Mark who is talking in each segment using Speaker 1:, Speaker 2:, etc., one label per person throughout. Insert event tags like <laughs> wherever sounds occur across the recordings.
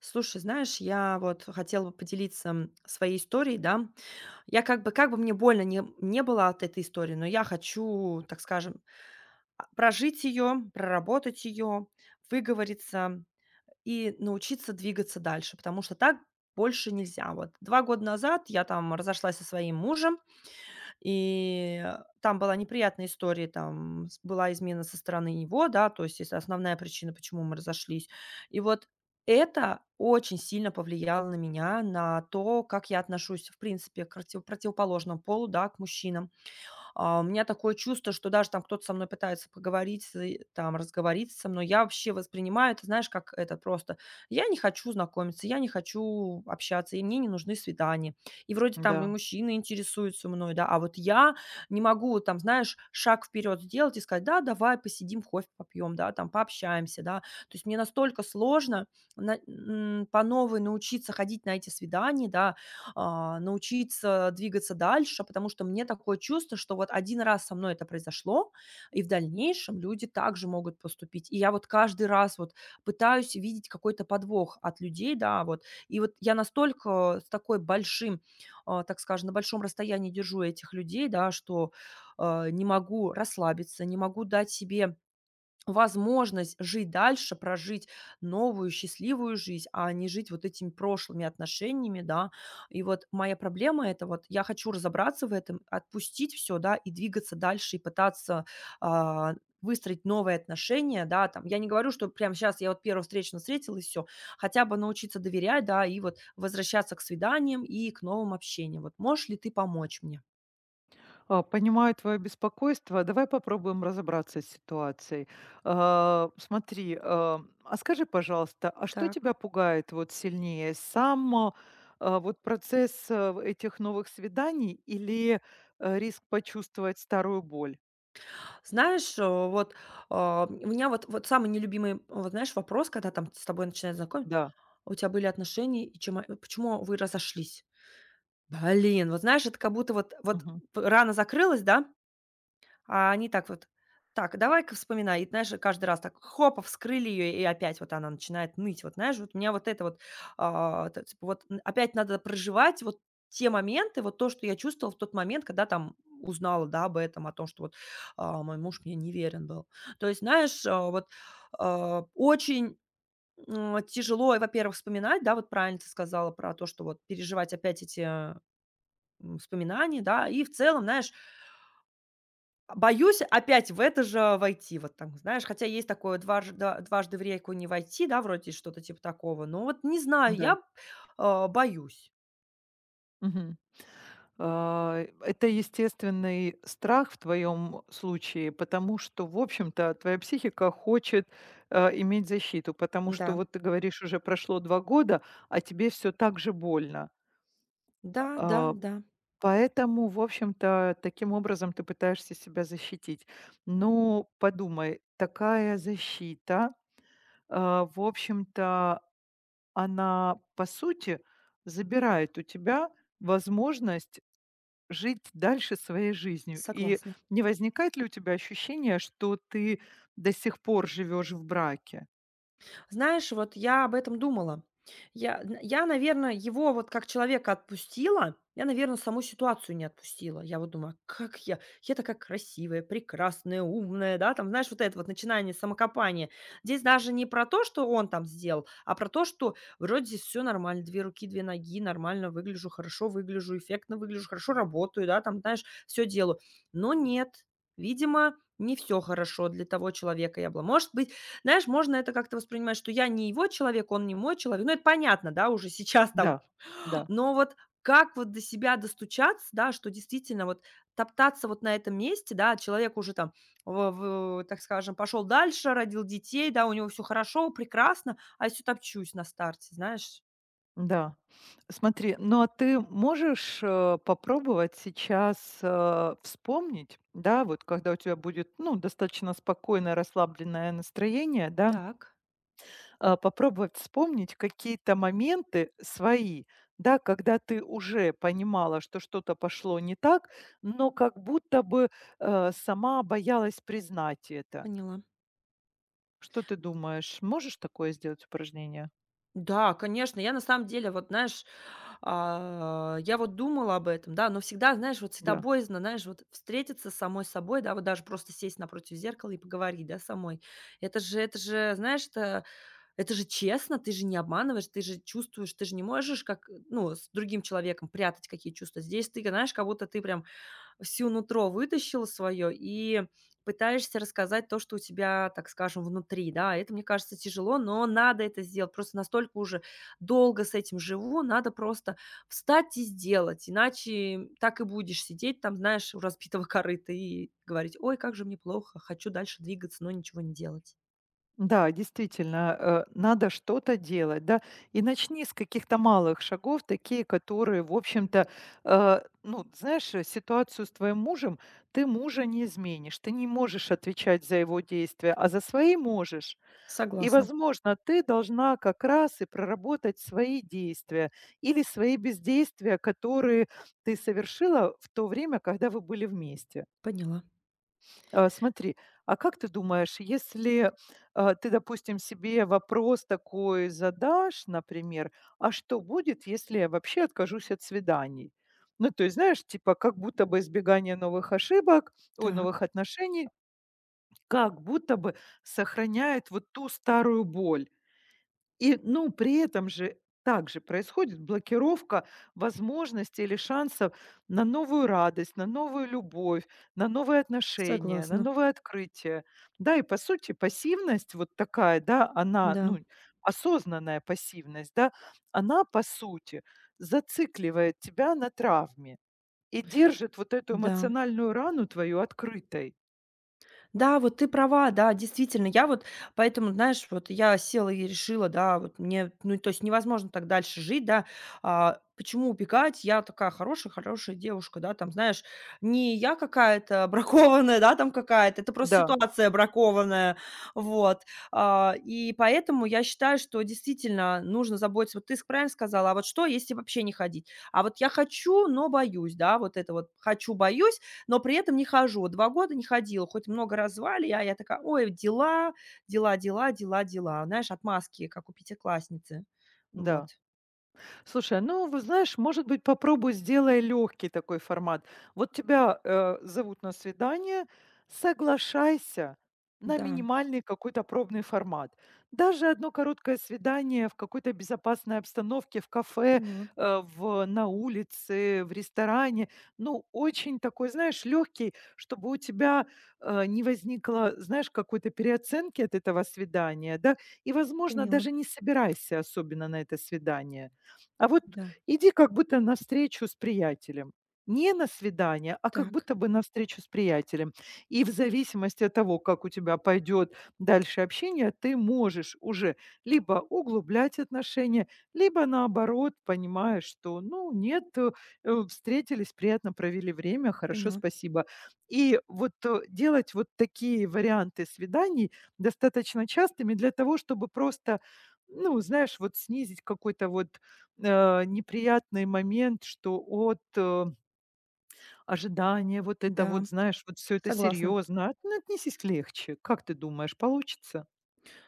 Speaker 1: Слушай, знаешь, я вот хотела бы поделиться своей историей, да. Я как бы мне больно не было от этой истории, но я хочу, так скажем, прожить ее, проработать ее, выговориться и научиться двигаться дальше, потому что так больше нельзя. Вот 2 года назад я там разошлась со своим мужем, и там была неприятная история, там с была измена со стороны него, да, то есть это основная причина, почему мы разошлись. И вот это очень сильно повлияло на меня, на то, как я отношусь, в принципе, к противоположному полу, да, к мужчинам. У меня такое чувство, что даже там кто-то со мной пытается поговорить, там разговориться со мной. Я вообще воспринимаю это, знаешь, как это просто. Я не хочу знакомиться, я не хочу общаться, и мне не нужны свидания. И вроде там и
Speaker 2: Да.
Speaker 1: мужчины интересуются мной, да, а вот я не могу там, знаешь, шаг вперед сделать и сказать, да, давай посидим, кофе попьем, да, там пообщаемся, да. То есть мне настолько сложно по новой научиться ходить на эти свидания, да, научиться двигаться дальше, потому что мне такое чувство, что вот один раз со мной это произошло, и в дальнейшем люди также могут поступить. И я вот каждый раз вот пытаюсь видеть какой-то подвох от людей, да, вот. И вот я настолько так скажем, на большом расстоянии держу этих людей, да, что, не могу расслабиться, не могу дать себе возможность жить дальше, прожить новую счастливую жизнь, а не жить вот этими прошлыми отношениями, да. И вот моя проблема- это вот я хочу разобраться в этом, отпустить все, да, и двигаться дальше, и пытаться, а, выстроить новые отношения, да, там. Я не говорю, что прямо сейчас я вот 1 встречного встретила и все. Хотя бы научиться доверять, да, и вот возвращаться к свиданиям и к новым общениям. Вот можешь ли ты помочь мне?
Speaker 2: Понимаю твое беспокойство. Давай попробуем разобраться с ситуацией. Смотри, скажи, пожалуйста, а что
Speaker 1: Так.
Speaker 2: тебя пугает вот сильнее? Сам вот процесс этих новых свиданий или риск почувствовать старую боль?
Speaker 1: Знаешь, вот, у меня вот самый нелюбимый, вот знаешь, вопрос, когда там с тобой начинают знакомить:
Speaker 2: Да.
Speaker 1: "А у тебя были отношения, и чем о почему вы разошлись?" Блин, вот знаешь, это как будто вот
Speaker 2: Мгм.
Speaker 1: п рана закрылась, да? А они так вот: "Так, давай-ка вспоминай". И, знаешь, каждый раз так хоп, вскрыли ее и опять вот она начинает ныть. Вот знаешь, вот у меня вот это вот, а, т типа вот н опять надо проживать вот те моменты, вот то, что я чувствовала в тот момент, когда там узнала, да, об этом, о том, что вот, мой муж мне неверен был. То есть, знаешь, вот, очень, тяжело, во-первых, вспоминать, да, вот правильно ты сказала про то, что вот переживать опять эти, вспоминания, да. И в целом, знаешь, боюсь опять в это же войти, вот там, знаешь, хотя есть такое дважды в реку не войти, да, вроде что-то типа такого, но вот не знаю,
Speaker 2: Да.
Speaker 1: я, боюсь.
Speaker 2: Мгм. Это естественный страх в твоем случае, потому что, в общем-то, твоя психика хочет иметь защиту, потому что,
Speaker 1: Да,
Speaker 2: вот ты говоришь, уже прошло 2 года, а тебе все так же больно.
Speaker 1: да, да,
Speaker 2: А,
Speaker 1: да,
Speaker 2: Поэтому, в общем-то, таким образом ты пытаешься себя защитить. Но подумай, такая защита, в общем-то, она, по сути, забирает у тебя возможность жить дальше своей жизнью? И
Speaker 1: согласна.
Speaker 2: не возникает ли у тебя ощущение, что ты до сих пор живешь в браке?
Speaker 1: Знаешь, вот я об этом думала. Я, наверное, его вот как человека отпустила, я, наверное, саму ситуацию не отпустила. Я вот думаю, «А как я такая красивая, прекрасная, умная, да, там, знаешь, вот это вот начинание самокопания. Здесь даже не про то, что он там сделал, а про то, что вроде здесь все нормально, две руки, две ноги, нормально выгляжу, хорошо выгляжу, эффектно выгляжу, хорошо работаю, да, там, знаешь, все делаю. Но нет, видимо, не все хорошо для того человека я была. Может быть, знаешь, можно это как-то воспринимать, что я не его человек, он не мой человек. Ну, это понятно, да, уже сейчас
Speaker 2: Да,
Speaker 1: там.
Speaker 2: да,
Speaker 1: Но вот как вот до себя достучаться, да, что действительно вот топтаться вот на этом месте, да, человек уже там, в, так скажем, пошел дальше, родил детей, да, у него все хорошо, прекрасно, а я все топчусь на старте, знаешь.
Speaker 2: да. Смотри, ну а ты можешь попробовать сейчас вспомнить, да, вот когда у тебя будет, ну, достаточно спокойное, расслабленное настроение, да,
Speaker 1: Так,
Speaker 2: попробовать вспомнить какие-то моменты свои, да, когда ты уже понимала, что что-то пошло не так, но как будто бы сама боялась признать это.
Speaker 1: поняла.
Speaker 2: Что ты думаешь, можешь такое сделать упражнение?
Speaker 1: Да, конечно. Я на самом деле, вот знаешь, я вот думала об этом, да, но всегда, знаешь, вот всегда
Speaker 2: Да.
Speaker 1: боязно, знаешь, вот встретиться с самой собой, да, вот даже просто сесть напротив зеркала и поговорить, да, самой. Это же, знаешь, это же честно, ты же не обманываешь, ты же чувствуешь, ты же не можешь, как, ну, с другим человеком прятать какие чувства. Здесь ты, знаешь, как будто ты прям всю нутро вытащил свое и пытаешься рассказать то, что у тебя, так скажем, внутри, да. Это, мне кажется, тяжело, но надо это сделать. Просто настолько уже долго с этим живу, надо просто встать и сделать, иначе так и будешь сидеть там, знаешь, у разбитого <laughs> корыта и говорить, ой, как же мне плохо, хочу дальше двигаться, но ничего не делать.
Speaker 2: Да, действительно, надо что-то делать, да. И начни с каких-то малых шагов, такие, которые, в общем-то, ну, знаешь, ситуацию с твоим мужем, ты мужа не изменишь, ты не можешь отвечать за его действия, а за свои можешь. И,
Speaker 1: Согласна,
Speaker 2: возможно, ты должна как раз и проработать свои действия или свои бездействия, которые ты совершила в то время, когда вы были вместе.
Speaker 1: поняла.
Speaker 2: Смотри, а как ты думаешь, если, ты, допустим, себе вопрос такой задашь, например: "А что будет, если я вообще откажусь от свиданий?" Ну, то есть, знаешь, типа, как будто бы избегание новых ошибок, ой, новых
Speaker 1: Так,
Speaker 2: отношений, как будто бы сохраняет вот ту старую боль. И, ну, при этом же также происходит блокировка возможностей или шансов на новую радость, на новую любовь, на новые отношения, на
Speaker 1: согласна,
Speaker 2: новые открытия. Да, и по сути пассивность вот такая, да, она,
Speaker 1: да,
Speaker 2: ну, осознанная пассивность, да, она по сути зацикливает тебя на травме и держит вот эту
Speaker 1: да.
Speaker 2: эмоциональную рану твою открытой.
Speaker 1: Да, вот ты права, да, действительно. Я вот поэтому, знаешь, вот я села и решила, да, вот мне, ну, то есть невозможно так дальше жить, да. Почему убегать? Я такая хорошая, хорошая девушка, да, там, знаешь, не я какая-то бракованная, да, там какая-то, это просто
Speaker 2: Да,
Speaker 1: ситуация бракованная, вот. И поэтому я считаю, что действительно нужно заботиться. Вот ты правильно сказала, а вот что, если вообще не ходить? А вот я хочу, но боюсь, да, вот это вот хочу, боюсь, но при этом не хожу. Вот 2 года не ходила, хоть много раз звали, а я такая: "Ой, дела, дела, дела, дела, дела". Знаешь, отмазки, как у пятиклассницы. Вот.
Speaker 2: да. Слушай, а, ну, вы знаешь, может быть, попробуй сделай легкий такой формат. Вот тебя зовут на свидание, соглашайся на
Speaker 1: Да,
Speaker 2: минимальный какой-то пробный формат. Даже одно короткое свидание в какой-то безопасной обстановке, в кафе,
Speaker 1: поняла,
Speaker 2: на улице, в ресторане. Ну, очень такой, знаешь, легкий, чтобы у тебя не возникло, знаешь, какой-то переоценки от этого свидания, да? И, возможно,
Speaker 1: поняла.
Speaker 2: даже не собирайся особенно на это свидание, а вот
Speaker 1: Да,
Speaker 2: иди как будто на встречу с приятелем. Не на свидание, а как
Speaker 1: так,
Speaker 2: будто бы на встречу с приятелем. И в зависимости от того, как у тебя пойдет дальше общение, ты можешь уже либо углублять отношения, либо наоборот, понимаешь, что, ну, нет, встретились, приятно провели время, хорошо,
Speaker 1: поняла.
Speaker 2: спасибо. И вот делать вот такие варианты свиданий достаточно частыми для того, чтобы просто ну, знаешь, вот снизить какой-то вот неприятный момент, что от, ожидания вот это
Speaker 1: Да,
Speaker 2: вот, знаешь, вот все это
Speaker 1: согласна.
Speaker 2: серьезно. А, ну, отнесись легче. Как ты думаешь, получится?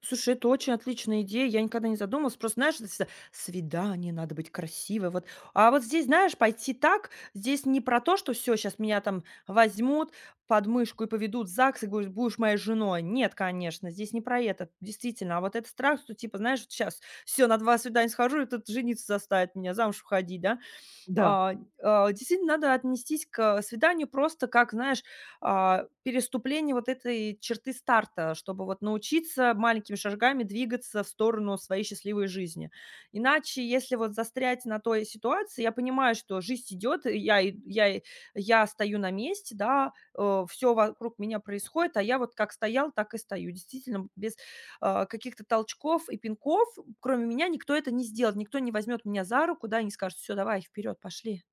Speaker 1: Слушай, это очень отличная идея. Я никогда не задумывалась. Просто, знаешь, это всегда свидание, надо быть красивой. Вот. А вот здесь, знаешь, пойти так, здесь не про то, что все, сейчас меня там возьмут под мышку и поведут в ЗАГС и говорят, будешь моей женой. Нет, конечно, здесь не про это, действительно. А вот этот страх, что типа, знаешь, сейчас все, на два свидания схожу, и тут жениться заставит меня замуж уходить, да?
Speaker 2: Да.
Speaker 1: А, действительно, надо отнестись к свиданию просто как, знаешь, переступлению вот этой черты старта, чтобы вот научиться маленькими шагами двигаться в сторону своей счастливой жизни. Иначе, если вот застрять на той ситуации, я понимаю, что жизнь идет, и я стою на месте, да, все вокруг меня происходит, а я вот как стоял, так и стою. Действительно, без каких-то толчков и пинков, кроме меня, никто это не сделает. Никто не возьмет меня за руку, да, и не скажет: все, давай, вперед, пошли,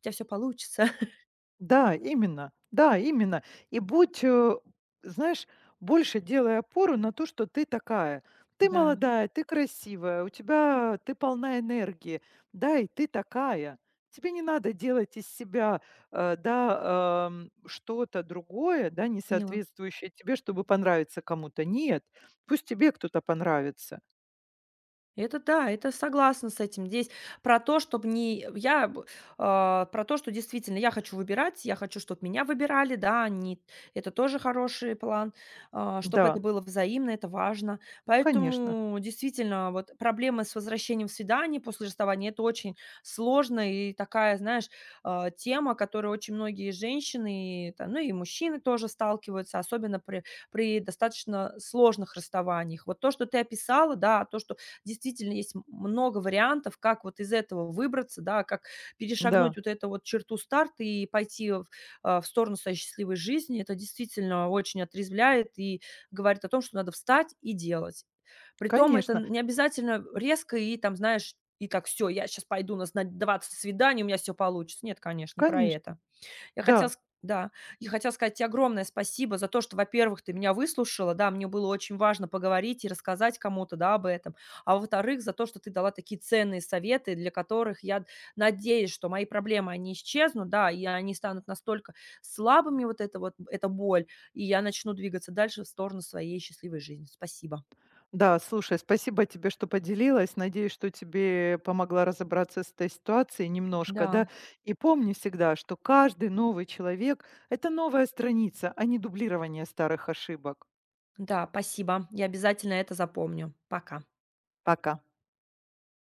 Speaker 1: у тебя все получится". <laughs>
Speaker 2: Да, именно, да, именно. И будь, знаешь, больше делай опору на то, что ты такая. Ты
Speaker 1: Да,
Speaker 2: молодая, ты красивая, у тебя ты полна энергии, да, и ты такая. Тебе не надо делать из себя, что-то другое, да, не
Speaker 1: поняла.
Speaker 2: соответствующее тебе, чтобы понравиться кому-то. Нет, пусть тебе кто-то понравится.
Speaker 1: Это да, это согласна с этим. Здесь про то, чтобы не я б- а, про то, что действительно я хочу выбирать, я хочу, чтобы меня выбирали, да, не это тоже хороший план, чтобы это
Speaker 2: Да,
Speaker 1: было взаимно, это важно.
Speaker 2: конечно,
Speaker 1: Поэтому действительно вот проблемы с возвращением в свидание после расставания это очень сложная и такая, знаешь, тема, которой очень многие женщины, ну и мужчины тоже сталкиваются, особенно при достаточно сложных расставаниях. Вот то, что ты описала, да, то, что действительно, есть много вариантов, как вот из этого выбраться, да, как перешагнуть
Speaker 2: да,
Speaker 1: вот эту вот черту старта и пойти в сторону своей счастливой жизни. Это действительно очень отрезвляет и говорит о том, что надо встать и делать. Притом это
Speaker 2: конечно,
Speaker 1: не обязательно резко и там, знаешь, и так: все, я сейчас пойду на 20 свиданий, у меня все получится". Нет, конечно, не про
Speaker 2: конечно,
Speaker 1: это. Я хотела
Speaker 2: да.
Speaker 1: ск да, я хотела сказать тебе огромное спасибо за то, что, во-первых, ты меня выслушала. Да, мне было очень важно поговорить и рассказать кому-то, да, об этом. А во-вторых, за то, что ты дала такие ценные советы, для которых я надеюсь, что мои проблемы, они исчезнут, да, и они станут настолько слабыми, вот эта боль, и я начну двигаться дальше в сторону своей счастливой жизни. Спасибо.
Speaker 2: Да, слушай, спасибо тебе, что поделилась. Надеюсь, что тебе помогла разобраться с этой ситуацией немножко,
Speaker 1: Да,
Speaker 2: да. И помни всегда, что каждый новый человек– это новая страница, а не дублирование старых ошибок.
Speaker 1: да, спасибо. Я обязательно это запомню. Пока.
Speaker 2: Пока.